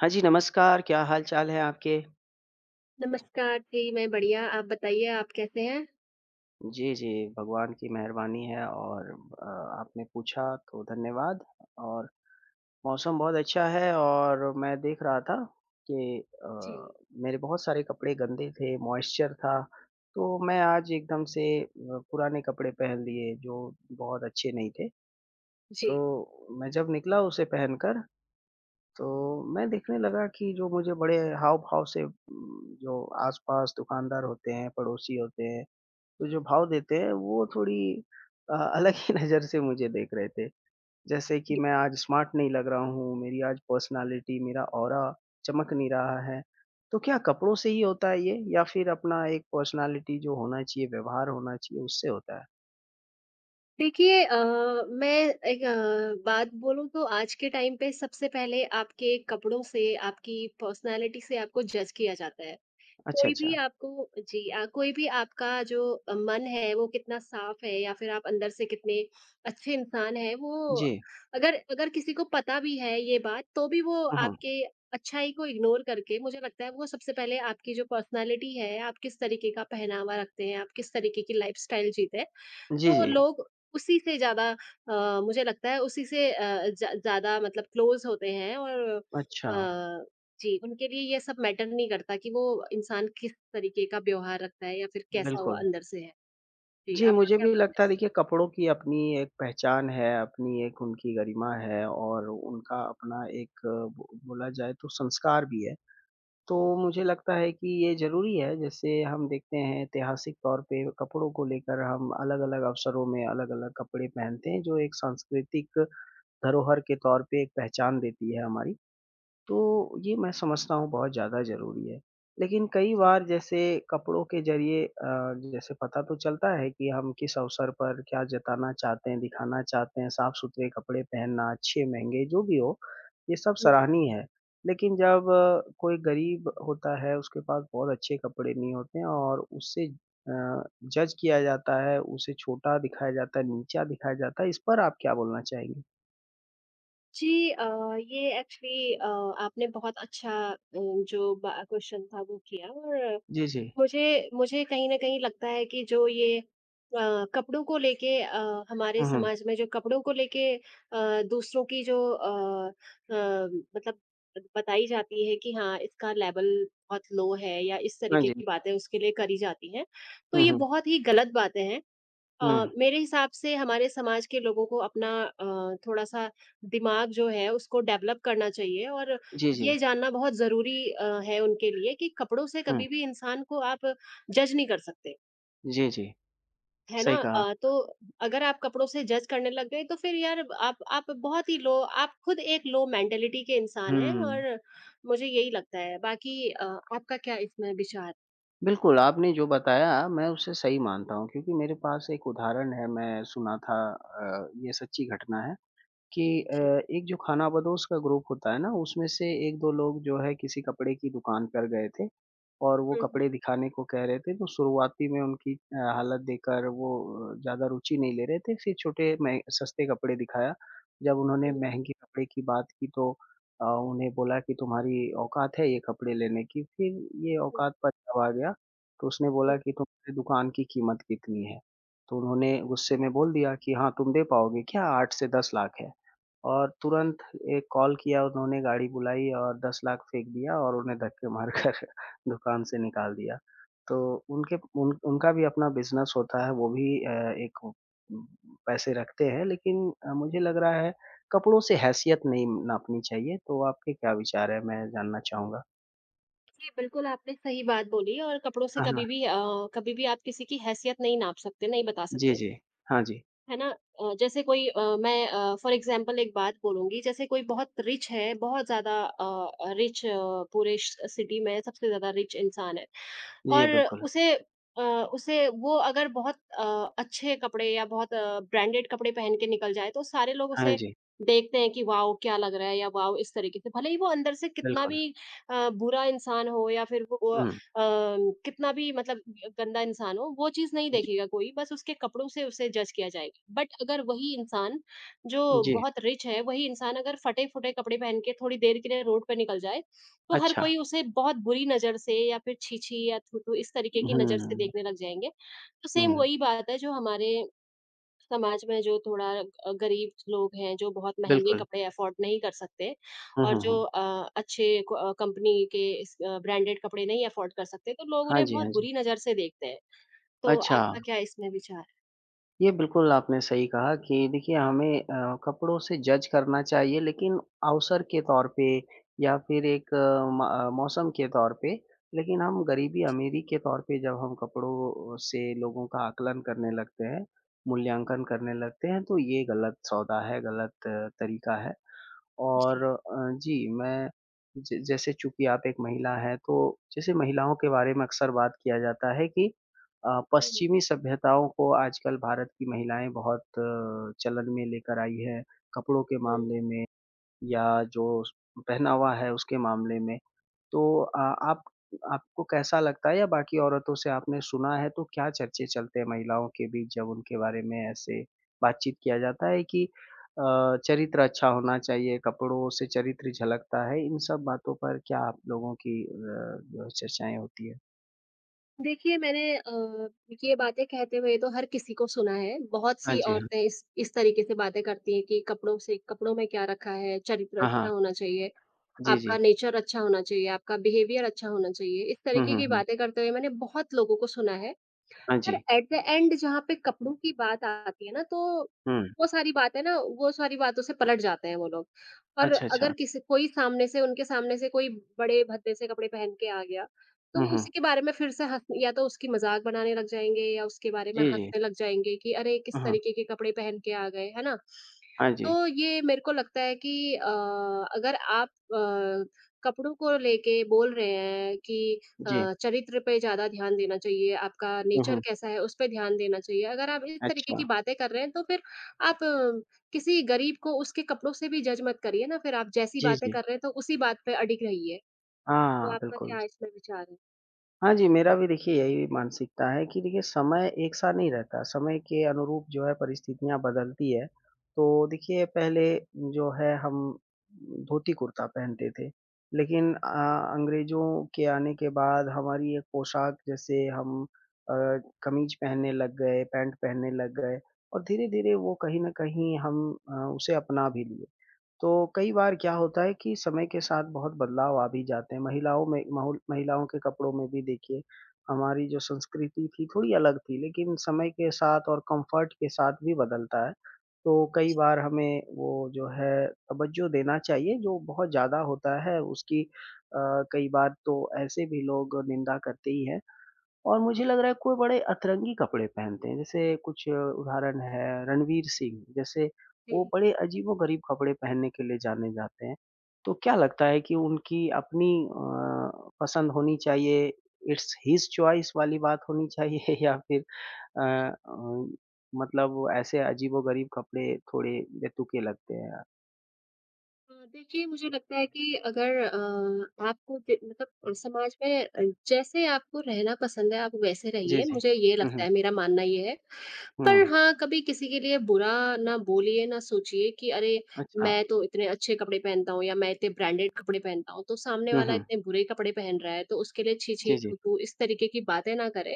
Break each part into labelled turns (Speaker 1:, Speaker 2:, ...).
Speaker 1: हाँ जी, नमस्कार, क्या हाल-चाल है आपके?
Speaker 2: नमस्कार जी, मैं बढ़िया, आप बताइए आप कैसे हैं?
Speaker 1: जी, जी, भगवान की मेहरबानी है और आपने पूछा तो धन्यवाद और मौसम बहुत अच्छा है और मैं देख रहा था कि अ,
Speaker 2: जी,
Speaker 1: मेरे बहुत सारे कपड़े गंदे थे, मॉइस्चर था, तो मैं आज एकदम से पुराने कपड़े पहन लिए जो बहुत अच्छे नहीं थे।
Speaker 2: जी,
Speaker 1: तो मैं जब निकला उसे पहनकर, तो मैं देखने लगा कि जो मुझे बड़े हाव-भाव से जो आस-पास दुकानदार होते हैं, पड़ोसी होते हैं तो जो भाव देते हैं वो थोड़ी अलग ही नज़र से मुझे देख रहे थे। जैसे कि
Speaker 2: जी।
Speaker 1: मैं आज स्मार्ट नहीं लग रहा हूँ, मेरी आज पर्सनैलिटी, मेरा ऑरा चमक नहीं रहा है। तो क्या कपड़ों से ही होता है ये या फिर अपना एक पर्सनैलिटी जो होना चाहिए, व्यवहार होना चाहिए उससे होता है?
Speaker 2: देखिए, मैं एक बात बोलूँ तो आज के टाइम पे सबसे पहले आपके कपड़ों से, आपकी पर्सनैलिटी से आपको जज किया जाता है।
Speaker 1: अच्छा,
Speaker 2: कोई भी
Speaker 1: अच्छा।
Speaker 2: आपको जी, कोई भी आपका जो मन है वो कितना साफ है या फिर आप अंदर से कितने अच्छे इंसान हैं वो
Speaker 1: जी।
Speaker 2: अगर अगर किसी को पता भी है ये बात तो भी वो
Speaker 1: हुँ, हुँ।
Speaker 2: आपके अच्छाई को इग्नोर करके मुझे लगता है वो सबसे पहले आपकी जो पर्सनालिटी है आप किस तरीके का पहनावा रखते हैं आप किस तरीके की लाइफस्टाइल जीते हैं
Speaker 1: जी,
Speaker 2: तो
Speaker 1: जी।
Speaker 2: लोग उसी से ज़्यादा, मुझे लगता है उसी से ज़्यादा मतलब क्लोज़ होते हैं और
Speaker 1: अच्छा,
Speaker 2: अ, जी, उनके लिए ये सब मैटर नहीं करता कि वो इंसान किस तरीके का व्यवहार रखता है या फिर कैसा वो
Speaker 1: बिल्कुल।
Speaker 2: अंदर से है। जी,
Speaker 1: जी,
Speaker 2: आपका
Speaker 1: मुझे
Speaker 2: क्या
Speaker 1: भी
Speaker 2: मानना है?
Speaker 1: लगता है देखिए कपड़ों की अपनी एक पहचान है, अपनी एक उनकी गरिमा है और उनका अपना एक ब बोला जाए तो संस्कार भी है। तो मुझे लगता है कि ये ज़रूरी है, जैसे हम देखते हैं ऐतिहासिक तौर पे कपड़ों को लेकर हम अलग-अलग अवसरों में अलग-अलग कपड़े पहनते हैं, जो एक सांस्कृतिक धरोहर के तौर पे एक पहचान देती है हमारी। तो ये मैं समझता हूँ बहुत ज़्यादा ज़रूरी है। लेकिन कई
Speaker 2: जी।
Speaker 1: बार जैसे कपड़ों के ज़रिए जैसे पता तो चलता है कि हम किस अवसर पर क्या जताना चाहते हैं, दिखाना चाहते हैं, साफ-सुथरे कपड़े पहनना, अच्छे महँगे जो भी हो, ये सब
Speaker 2: हुँ।
Speaker 1: सराहनीय है। लेकिन जब कोई गरीब होता है, उसके पास बहुत अच्छे कपड़े नहीं होते हैं और उससे जज किया जाता है, उसे छोटा दिखाया जाता है, नीचा दिखाया जाता है, इस पर आप क्या बोलना चाहेंगी?
Speaker 2: जी, ये एक्चुअली आपने बहुत अच्छा जो बा क्वेश्चन था वो किया और
Speaker 1: जी, जी।
Speaker 2: मुझे मुझे कहीं न कहीं लगता है कि जो ये कपड़ों को लेके हमारे
Speaker 1: हुँ, हुँ।
Speaker 2: समाज में जो कपड़ों को लेके दूसरों की जो अ, मतलब बताई जाती है कि हाँ, इसका लेवल बहुत लो है या इस
Speaker 1: हाँ
Speaker 2: तरीके
Speaker 1: जी।
Speaker 2: की बातें उसके लिए करी जाती हैं, तो
Speaker 1: हुँ,
Speaker 2: ये
Speaker 1: हुँ।
Speaker 2: बहुत ही गलत बातें हैं।
Speaker 1: हुँ।
Speaker 2: मेरे हिसाब से हमारे समाज के लोगों को अपना थोड़ा-सा दिमाग जो है उसको डेवलप करना चाहिए और
Speaker 1: जी,
Speaker 2: ये
Speaker 1: जी।
Speaker 2: जानना बहुत ज़रूरी है उनके लिए कि कपड़ों से
Speaker 1: हुँ।
Speaker 2: कभी भी इंसान को आप जज नहीं कर सकते,
Speaker 1: जी, जी।
Speaker 2: है ना?
Speaker 1: सही कहा।
Speaker 2: तो अगर आप कपड़ों से जज करने लग गए तो फिर यार आप बहुत ही लो आप खुद एक लो मेंटालिटी के इंसान हैं
Speaker 1: हुँ।
Speaker 2: और मुझे यही लगता है। बाकी आपका क्या इसमें विचार?
Speaker 1: बिल्कुल, आपने जो बताया मैं उसे सही मानता हूँ क्योंकि मेरे पास एक उदाहरण है, मैं सुना था ये सच्ची घटना है। कि अ,
Speaker 2: जी।
Speaker 1: एक जो खानाबदोश का ग्रुप होता है ना, उसमें से 1-2 लोग जो है किसी कपड़े की दुकान पर गए थे और वो
Speaker 2: हुँ, हुँ।
Speaker 1: कपड़े दिखाने को कह रहे थे, तो शुरुआती में उनकी हालत देखकर वो ज़्यादा रुचि नहीं ले रहे थे, फिर छोटे मह सस्ते कपड़े दिखाया। जब उन्होंने
Speaker 2: हुँ,
Speaker 1: महँगे कपड़े की बात की तो उन्हें बोला कि तुम्हारी औकात है ये कपड़े लेने की, फिर ये
Speaker 2: हुँ,
Speaker 1: औकात पर जब आ गया, तो उसने
Speaker 2: हुँ।
Speaker 1: बोला कि तुम्हारी दुकान की कीमत कितनी है? तो उन्होंने गुस्से में बोल दिया कि हाँ, तुम दे पाओगे क्या? 8 से 10 लाख है। और तुरंत एक कॉल किया उन्होंने, गाड़ी बुलाई और 10 लाख फेंक दिया और उन्हें धक्के मारकर दुकान से निकाल दिया। तो उनके उन उनका भी अपना बिज़नेस होता है, वो भी एक पैसे रखते हैं लेकिन मुझे लग रहा है कपड़ों से हैसियत नहीं नापनी चाहिए, तो आपके क्या विचार हैं? मैं जानना चाहूँगा।
Speaker 2: जी, बिल्कुल आपने सही बात बोली और कपड़ों से
Speaker 1: हाँ,
Speaker 2: कभी
Speaker 1: हाँ।
Speaker 2: भी अ, कभी भी आप किसी की हैसियत नहीं नाप सकते, नहीं बता
Speaker 1: जी,
Speaker 2: सकते।
Speaker 1: जी। हाँ जी।
Speaker 2: है ना? जैसे कोई अ, मैं अ, फॉर एग्ज़ाम्पल एक बात बोलूँगी, जैसे कोई बहुत रिच है, रिच पूरे श सिटी में सबसे ज़्यादा रिच इंसान है
Speaker 1: जी,
Speaker 2: और
Speaker 1: बिल्कुल।
Speaker 2: उसे अ, उसे वो अगर बहुत अच्छे कपड़े या बहुत ब्रांडेड कपड़े पहन के निकल जाए, तो सारे लोग
Speaker 1: हाँ
Speaker 2: उसे
Speaker 1: जी,
Speaker 2: देखते हैं कि वाओ! क्या लग रहा है या वाओ! इस तरीके से। भले ही वो अंदर से कितना
Speaker 1: बिल्कुल।
Speaker 2: भी अ, बुरा इंसान हो या फिर वो अ,
Speaker 1: हुँ।
Speaker 2: कितना भी मतलब गंदा इंसान हो, वो चीज़ नहीं
Speaker 1: जी,
Speaker 2: देखेगा कोई, बस उसके कपड़ों से उसे जज किया जाएगा। बट अगर वही इंसान जो
Speaker 1: जी।
Speaker 2: बहुत रिच है, वही इंसान अगर फटे-फुटे कपड़े पहन के थोड़ी देर के लिए रोड पे निकल जाए, तो हर
Speaker 1: अच्छा।
Speaker 2: कोई उसे बहुत बुरी नज़र से या फिर छी-छी या थू-थू इस तरीके
Speaker 1: हुँ,
Speaker 2: की नज़र से
Speaker 1: हुँ,
Speaker 2: देखने लग जाएँगे। तो सेम
Speaker 1: हुँ।
Speaker 2: वही बात है जो हमारे समाज में जो थोड़ा गरीब लोग हैं, जो बहुत महँगे
Speaker 1: बिल्कुल।
Speaker 2: कपड़े अफ़ोर्ड नहीं कर सकते
Speaker 1: हुँ,
Speaker 2: और
Speaker 1: हुँ,
Speaker 2: जो
Speaker 1: हुँ।
Speaker 2: अच्छे कंपनी के इस ब्रांडेड कपड़े नहीं अफ़ोर्ड कर सकते, तो लोग
Speaker 1: हाँ
Speaker 2: उन्हें
Speaker 1: जी,
Speaker 2: बहुत
Speaker 1: हाँ जी।
Speaker 2: बुरी नज़र से देखते हैं। तो
Speaker 1: अच्छा,
Speaker 2: आपका क्या इसमें विचार है?
Speaker 1: ये बिल्कुल आपने सही कहा कि देखिए हमें कपड़ों से जज करना चाहिए लेकिन अवसर के तौर पे या फिर एक मौसम के तौर पे, लेकिन हम गरीबी-अमीरी के तौर पे जब हम कपड़ों से लोगों का आकलन करने लगते हैं, मूल्यांकन करने लगते हैं, तो ये गलत सौदा है, गलत तरीका है।
Speaker 2: जी।
Speaker 1: और जी, मैं ज जैसे चूँकि आप एक महिला हैं, तो जैसे महिलाओं के बारे में अक्सर बात किया जाता है कि
Speaker 2: हुँ,
Speaker 1: पश्चिमी सभ्यताओं को आजकल भारत की महिलाएँ बहुत चलन में लेकर आई हैं, कपड़ों के
Speaker 2: हुँ।
Speaker 1: मामले में या जो पहनावा है उसके मामले में। तो आप आपको कैसा लगता है या बाकी औरतों से आपने सुना है तो क्या चर्चे चलते हैं महिलाओं के बीच जब उनके बारे में ऐसे बातचीत किया जाता है कि चरित्र अच्छा होना चाहिए, कपड़ों से चरित्र झलकता है, इन सब बातों पर क्या आप लोगों की जो है चर्चाएँ होती है?
Speaker 2: देखिए, मैंने ये बातें कहते हुए तो हर किसी को सुना है। बहुत
Speaker 1: हाँ
Speaker 2: सी
Speaker 1: जी, हाँ।
Speaker 2: औरतें इस तरीके से बातें करती हैं कि कपड़ों से कपड़ों में क्या रखा है, चरित्र
Speaker 1: हाँ,
Speaker 2: अच्छा
Speaker 1: हाँ।
Speaker 2: होना चाहिए,
Speaker 1: जी,
Speaker 2: आपका
Speaker 1: जी।
Speaker 2: नेचर अच्छा होना चाहिए, आपका बिहेवियर अच्छा होना चाहिए। इस
Speaker 1: हुँ,
Speaker 2: तरीके
Speaker 1: हुँ,
Speaker 2: की
Speaker 1: हुँ।
Speaker 2: बातें करते हुए मैंने बहुत लोगों को सुना है।
Speaker 1: हाँ
Speaker 2: पर
Speaker 1: जी।
Speaker 2: एट द एंड जहाँ पे कपड़ों की बात आती है ना, तो
Speaker 1: हुँ।
Speaker 2: वो सारी बातें ना वो सारी बातों से पलट जाते हैं वो लोग। पर
Speaker 1: अच्छा,
Speaker 2: अगर
Speaker 1: अच्छा।
Speaker 2: किसी कोई सामने से उनके सामने से कोई बड़े भद्दे से कपड़े पहन के आ गया, तो
Speaker 1: हुँ,
Speaker 2: वो
Speaker 1: हुँ।
Speaker 2: उसी के बारे में फिर से हँस या तो उसकी मज़ाक बनाने लग जाएँगे या उसके बारे में
Speaker 1: जी, जी।
Speaker 2: हँसने लग जाएँगे कि अरे! किस
Speaker 1: हुँ, हुँ।
Speaker 2: तरीके के कपड़े पहन के आ गए, है ना?
Speaker 1: हाँ जी।
Speaker 2: तो ये मेरे को लगता है कि अ, अगर आप कपड़ों को लेके बोल रहे हैं कि
Speaker 1: जी।
Speaker 2: चरित्र पे ज़्यादा ध्यान देना चाहिए, आपका
Speaker 1: हुँ,
Speaker 2: नेचर
Speaker 1: हुँ।
Speaker 2: कैसा है उस पे ध्यान देना चाहिए। अगर आप इस तरीके
Speaker 1: अच्छा।
Speaker 2: की बातें कर रहे हैं तो फिर आप किसी गरीब को उसके कपड़ों से भी जज मत करिए ना, फिर आप जैसी
Speaker 1: जी,
Speaker 2: बातें
Speaker 1: जी।
Speaker 2: कर रहे हैं तो उसी बात पे अड़िग रहिए। तो
Speaker 1: हाँ,
Speaker 2: आपका
Speaker 1: बिल्कुल।
Speaker 2: क्या इसमें विचार है?
Speaker 1: हाँ जी, मेरा भी देखिए यही मानसिकता है कि देखिए समय एक सा नहीं रहता, समय के अनुरूप जो है परिस्थितियाँ बदलती है। तो देखिए पहले जो है हम धोती-कुर्ता पहनते थे, लेकिन
Speaker 2: हुँ,
Speaker 1: अंग्रेज़ों के आने के बाद हमारी एक पोशाक जैसे हम अ, कमीज़ पहनने लग गए, पैंट पहनने लग गए और धीरे-धीरे वो कहीं न कहीं हम उसे अपना भी लिए। तो कई बार क्या होता है कि समय के साथ बहुत बदलाव आ भी जाते हैं। महिलाओं में माहौल महिलाओं के कपड़ों में भी देखिए, हमारी जो संस्कृति थी थोड़ी अलग थी, लेकिन समय के साथ और कम्फ़र्ट के साथ भी बदलता है। तो कई बार हमें वो जो है तवज्जो देना चाहिए जो बहुत ज़्यादा होता है उसकी अ, कई बार तो ऐसे भी लोग निंदा करते ही हैं। और मुझे लग रहा है कोई बड़े अतरंगी कपड़े पहनते हैं, जैसे कुछ उदाहरण है रणवीर सिंह, जैसे
Speaker 2: जी।
Speaker 1: वो बड़े अजीबो-गरीब कपड़े पहनने के लिए जाने जाते हैं। तो क्या लगता है कि उनकी अपनी पसंद होनी चाहिए, इट्स हिज चॉइस वाली बात होनी चाहिए या फिर अ अ, मतलब वो ऐसे अजीबो-गरीब कपड़े थोड़े बेतुके लगते हैं?
Speaker 2: देखिए मुझे लगता है कि अगर आपको ज मतलब समाज में जैसे आपको रहना पसंद है, आप वैसे
Speaker 1: जी,
Speaker 2: रहिए,
Speaker 1: जी।
Speaker 2: मुझे ये
Speaker 1: हुँ,
Speaker 2: लगता
Speaker 1: हुँ।
Speaker 2: है, मेरा मानना ये है। पर
Speaker 1: हुँ,
Speaker 2: हाँ, कभी किसी के लिए बुरा ना बोलिए, ना सोचिए कि अरे!
Speaker 1: अच्छा।
Speaker 2: मैं तो इतने अच्छे कपड़े पहनता हूँ या मैं इतने ब्रांडेड कपड़े पहनता हूँ, तो सामने
Speaker 1: हुँ,
Speaker 2: वाला
Speaker 1: हुँ।
Speaker 2: इतने बुरे कपड़े पहन रहा है, तो उसके लिए छी छी,
Speaker 1: जी, जी।
Speaker 2: थू थू, इस तरीके की बातें ना करें।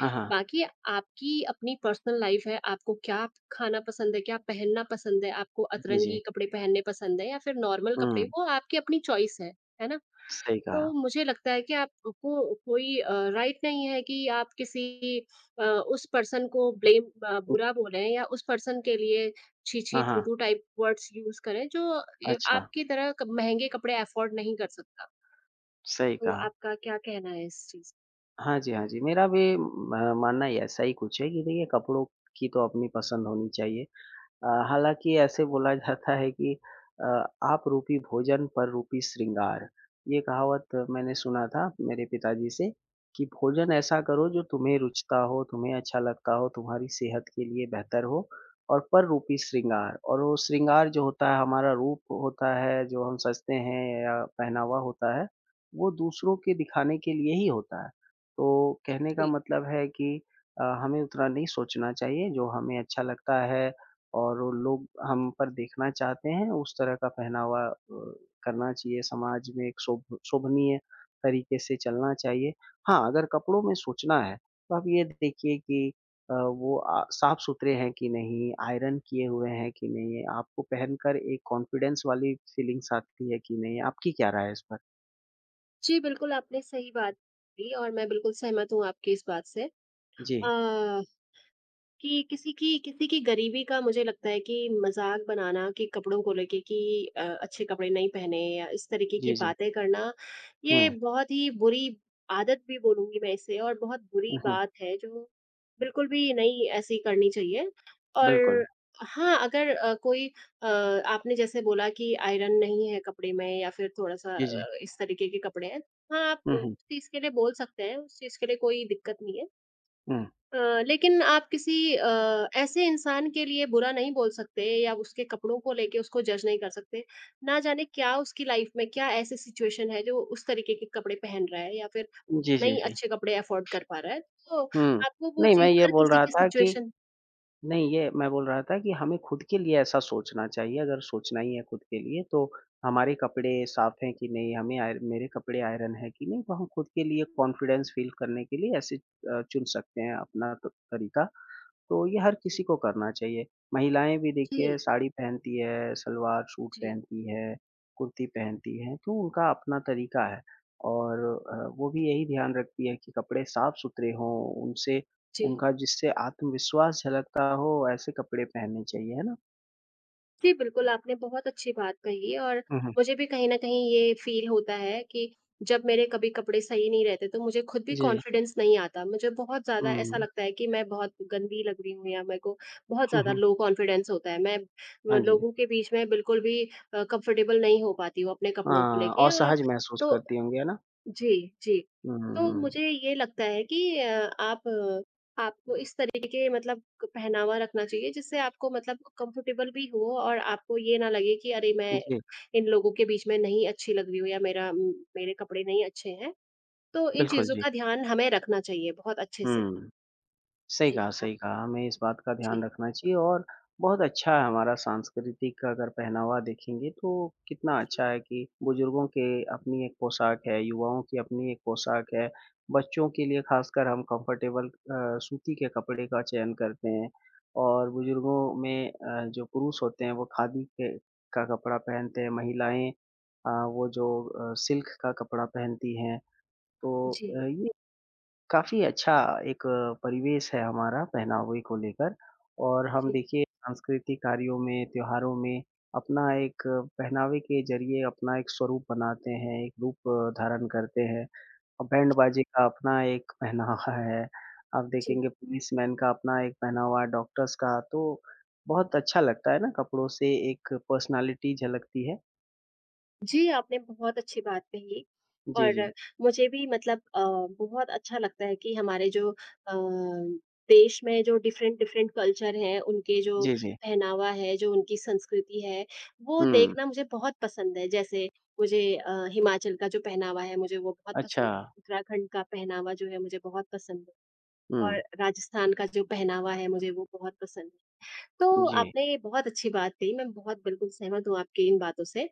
Speaker 1: हाँ, हाँ।
Speaker 2: बाकी आपकी अपनी पर्सनल लाइफ है, आपको क्या खाना पसंद है, क्या पहनना पसंद है, आपको
Speaker 1: जी, जी।
Speaker 2: अतरंगी कपड़े पहनने पसंद है या फिर नॉर्मल
Speaker 1: हुँ,
Speaker 2: कपड़े, वो आपकी अपनी चॉइस है ना?
Speaker 1: सही कहा।
Speaker 2: तो मुझे लगता है कि आपको कोई राइट नहीं है कि आप किसी उस पर्सन को ब्लेम
Speaker 1: उ
Speaker 2: बुरा बोलें या उस पर्सन के लिए छी-छी,
Speaker 1: हाँ, हाँ।
Speaker 2: थू-थू टाइप वर्ड्स यूज़ करें जो ए
Speaker 1: अच्छा।
Speaker 2: आपकी तरह क महँगे कपड़े अफोर्ड नहीं कर सकता।
Speaker 1: सही
Speaker 2: तो
Speaker 1: कहा।
Speaker 2: आपका क्या कहना है इस चीज़
Speaker 1: हाँ जी, हाँ जी। मेरा भी म मानना ही ऐसा ही कुछ है कि देखिए कपड़ों की तो अपनी पसंद होनी चाहिए। हालाँकि ऐसे बोला जाता है कि अ, "आप रूपी भोजन पर रूपी श्रृंगार" ये कहावत मैंने सुना था मेरे पिताजी से कि भोजन ऐसा करो जो तुम्हें रुचता हो, तुम्हें अच्छा लगता हो, तुम्हारी सेहत के लिए बेहतर हो और पर रूपी श्रृंगार और वो श्रृंगार जो होता है हमारा रूप होता है, जो हम सजते हैं या पहनावा होता है, वो दूसरों के दिखाने के लिए ही होता है। तो कहने का
Speaker 2: पे?
Speaker 1: मतलब है कि हमें उतना नहीं सोचना चाहिए, जो हमें अच्छा लगता है और वो लोग हम पर देखना चाहते हैं, उस तरह का पहनावा करना चाहिए, समाज में एक शोभनीय तरीके से चलना चाहिए। हाँ, अगर कपड़ों में सोचना है, तो आप ये देखिए कि वो साफ-सुथरे हैं कि नहीं, आयरन किए हुए हैं कि नहीं, आपको पहनकर एक कॉन्फिडेंस वाली फीलिंग्स आती है कि नहीं, आपकी क्या राय है इस पर?
Speaker 2: जी, बिल्कुल आपने सही बात कही और मैं बिल्कुल सहमत हूँ आपकी इस बात से।
Speaker 1: जी,
Speaker 2: अ, कि किसी की गरीबी का मुझे लगता है कि मज़ाक बनाना कि कपड़ों को लेके कि अच्छे कपड़े नहीं पहने या इस तरीके की
Speaker 1: जी, जी।
Speaker 2: बातें करना,
Speaker 1: हुँ,
Speaker 2: ये बहुत ही बुरी आदत भी बोलूँगी मैं इसे और बहुत बुरी
Speaker 1: हुँ, हुँ,
Speaker 2: बात है जो बिल्कुल भी नहीं ऐसी करनी चाहिए। और
Speaker 1: बिल्कुल।
Speaker 2: हाँ, अगर कोई आपने जैसे बोला कि आयरन नहीं है कपड़े में या फिर थोड़ा-सा
Speaker 1: जी, जी।
Speaker 2: अ, इस तरीके के कपड़े हैं। हाँ, आप
Speaker 1: हुँ,
Speaker 2: उस
Speaker 1: हुँ,
Speaker 2: चीज़ के लिए बोल सकते हैं, उस चीज़ के लिए कोई दिक्कत नहीं है।
Speaker 1: हुँ।
Speaker 2: अ, लेकिन आप किसी ऐसे इंसान के लिए बुरा नहीं बोल सकते या उसके कपड़ों को लेके उसको जज नहीं कर सकते। ना जाने क्या उसकी लाइफ में क्या ऐसी सिचुएशन है जो उस तरीके के कपड़े पहन रहा है या फिर
Speaker 1: जी, जी,
Speaker 2: नहीं
Speaker 1: जी।
Speaker 2: अच्छे कपड़े अफोर्ड कर पा रहा है। तो
Speaker 1: हुँ,
Speaker 2: आपको वो
Speaker 1: नहीं मैं
Speaker 2: चीज़
Speaker 1: ये
Speaker 2: हर
Speaker 1: बोल
Speaker 2: किसी
Speaker 1: रहा
Speaker 2: की
Speaker 1: था कि
Speaker 2: सिचुएशन
Speaker 1: नहीं, ये मैं बोल रहा था कि हमें खुद के लिए ऐसा सोचना चाहिए, अगर सोचना ही है खुद के लिए तो हमारे कपड़े साफ़ हैं कि नहीं, हमें आय मेरे कपड़े आयरन है कि नहीं, तो हम खुद के लिए कॉन्फिडेंस फ़ील करने के लिए ऐसे चुन सकते हैं अपना त तरीका। तो ये हर
Speaker 2: जी,
Speaker 1: किसी को करना चाहिए। महिलाएँ भी देखिए
Speaker 2: जी,
Speaker 1: साड़ी पहनती है, सलवार सूट
Speaker 2: जी,
Speaker 1: पहनती है, कुर्ती पहनती है, तो उनका अपना तरीका है और वो भी यही ध्यान रखती है कि कपड़े साफ-सुथरे हों, उनसे
Speaker 2: जी।
Speaker 1: उनका जिससे आत्मविश्वास झलकता हो ऐसे कपड़े पहनने चाहिए, है ना?
Speaker 2: जी, बिल्कुल, आपने बहुत अच्छी बात कही और
Speaker 1: हुँ, हुँ।
Speaker 2: मुझे भी कहीं न कहीं ये फ़ील होता है कि जब मेरे कभी कपड़े सही नहीं रहते, तो मुझे खुद भी
Speaker 1: जी।
Speaker 2: कॉन्फिडेंस नहीं आता। मुझे बहुत ज़्यादा ऐसा
Speaker 1: हुँ,
Speaker 2: लगता है कि मैं बहुत गंदी लग रही हूँ या मेरे को बहुत
Speaker 1: हुँ,
Speaker 2: ज़्यादा
Speaker 1: हुँ।
Speaker 2: लो कॉन्फिडेंस होता है। मैं
Speaker 1: हाँ जी।
Speaker 2: लोगों के बीच में बिल्कुल भी कंफर्टेबल नहीं हो पाती हूँ अपने कपड़ों को
Speaker 1: हाँ,
Speaker 2: लेके और
Speaker 1: असहज महसूस
Speaker 2: तो
Speaker 1: करती होंगी, है ना?
Speaker 2: जी, जी।
Speaker 1: हुँ,
Speaker 2: तो
Speaker 1: हुँ,
Speaker 2: मुझे ये लगता है कि आपको इस तरीके के मतलब क पहनावा रखना चाहिए जिससे आपको मतलब कंफर्टेबल भी हो और आपको ये ना लगे कि अरे मैं
Speaker 1: हुँ। जी,
Speaker 2: इन लोगों के बीच में नहीं अच्छी लग रही हूँ या मेरे कपड़े नहीं अच्छे हैं। तो इन
Speaker 1: बिल्कुल
Speaker 2: चीज़ों
Speaker 1: जी।
Speaker 2: का ध्यान हमें रखना चाहिए बहुत अच्छे से।
Speaker 1: हुँ। सही
Speaker 2: जी,
Speaker 1: कहा, सही
Speaker 2: आप
Speaker 1: कहा। हमें इस बात का ध्यान
Speaker 2: जी,
Speaker 1: रखना चाहिए और बहुत अच्छा है हमारा सांस्कृतिक अगर पहनावा देखेंगे तो कितना
Speaker 2: जी,
Speaker 1: अच्छा है कि बुजुर्गों के अपनी एक पोशाक है, युवाओं की अपनी एक पोशाक है, बच्चों के लिए ख़ासकर हम कम्फ़र्टेबल सूती के कपड़े का चयन करते हैं और बुजुर्गों में जो पुरुष होते हैं वो खादी के का कपड़ा पहनते हैं, महिलाएँ वो जो सिल्क का कपड़ा पहनती हैं। तो
Speaker 2: जी,
Speaker 1: ये काफ़ी अच्छा एक परिवेश है हमारा पहनावे को लेकर और हम देखिए सांस्कृतिक कार्यों में, त्योहारों में अपना एक पहनावे के ज़रिए अपना एक स्वरूप बनाते हैं, एक रूप धारण करते हैं। और बैंड
Speaker 2: जी,
Speaker 1: बाजे का अपना एक पहनावा है, आप
Speaker 2: जी।
Speaker 1: देखेंगे पुलिसमैन का अपना एक पहनावा, डॉक्टर्स का, तो बहुत अच्छा लगता है ना कपड़ों से एक पर्सनैलिटी झलकती है।
Speaker 2: जी, आपने बहुत अच्छी बात कही
Speaker 1: जी,
Speaker 2: और
Speaker 1: जी।
Speaker 2: मुझे भी बहुत अच्छा लगता है कि हमारे जो अ, देश में जो डिफरेंट-डिफरेंट कल्चर हैं, उनके जो
Speaker 1: जी, जी।
Speaker 2: पहनावा है, जो उनकी संस्कृति है, वो
Speaker 1: हुँ,
Speaker 2: देखना मुझे बहुत पसंद है। जैसे मुझे हिमाचल का जो पहनावा है, मुझे वो बहुत पसंद
Speaker 1: अच्छा।
Speaker 2: है, उत्तराखंड का पहनावा जो है, मुझे बहुत पसंद है और
Speaker 1: हुँ,
Speaker 2: राजस्थान का जो पहनावा है, मुझे वो बहुत पसंद है। तो
Speaker 1: जी।
Speaker 2: आपने ये बहुत अच्छी बात कही, मैं बहुत बिल्कुल सहमत हूँ आपकी इन बातों से।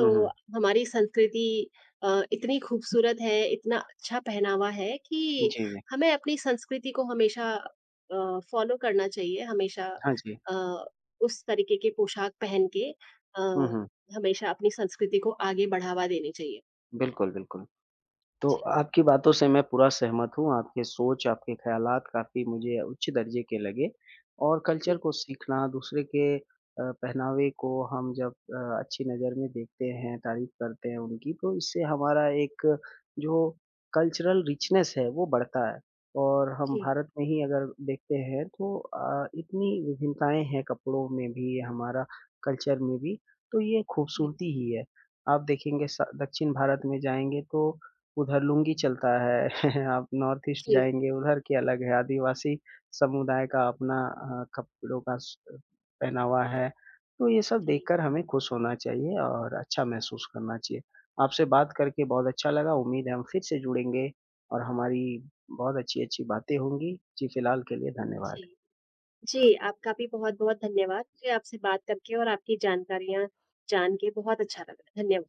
Speaker 1: हुँ, हुँ।
Speaker 2: हमारी संस्कृति इतनी खूबसूरत है, इतना अच्छा पहनावा है कि
Speaker 1: जी, जी।
Speaker 2: हमें अपनी संस्कृति को हमेशा फ़ॉलो करना चाहिए, हमेशा
Speaker 1: हाँ जी।
Speaker 2: अ, उस तरीके के पोशाक पहन के अ,
Speaker 1: हुँ, हुँ।
Speaker 2: हमेशा अपनी संस्कृति को आगे बढ़ावा देनी चाहिए।
Speaker 1: बिल्कुल, बिल्कुल। तो
Speaker 2: जी,
Speaker 1: आपकी बातों से मैं पूरा सहमत हूँ, आपके सोच, आपके ख़्यालात काफ़ी मुझे उच्च दर्जे के लगे और कल्चर
Speaker 2: जी,
Speaker 1: को सीखना, दूसरे के पहनावे को हम जब अच्छी नज़र में देखते हैं, तारीफ़ करते हैं उनकी, तो इससे हमारा एक जो कल्चरल रिचनेस है, वो बढ़ता है और हम
Speaker 2: जी,
Speaker 1: भारत में ही अगर देखते हैं तो इतनी विभिन्नताएँ हैं कपड़ों में भी, हमारा कल्चर में भी, तो ये
Speaker 2: जी,
Speaker 1: खूबसूरती ही है। आप देखेंगे स दक्षिण भारत में जाएँगे तो उधर लुंगी चलता है। आप नॉर्थ ईस्ट
Speaker 2: जी,
Speaker 1: जाएँगे उधर के अलग है, आदिवासी समुदाय का अपना कपड़ों का स पहनावा है। तो ये सब
Speaker 2: जी।
Speaker 1: देखकर हमें खुश होना चाहिए और अच्छा महसूस करना चाहिए। आपसे बात करके बहुत अच्छा लगा, उम्मीद है हम फिर से जुड़ेंगे और हमारी बहुत अच्छी-अच्छी बातें होंगी। जी, फिलहाल के लिए धन्यवाद।
Speaker 2: जी, जी, आपका भी बहुत-बहुत धन्यवाद। मुझे आपसे बात करके और आपकी जानकारियाँ जान के बहुत अच्छा लगा। धन्य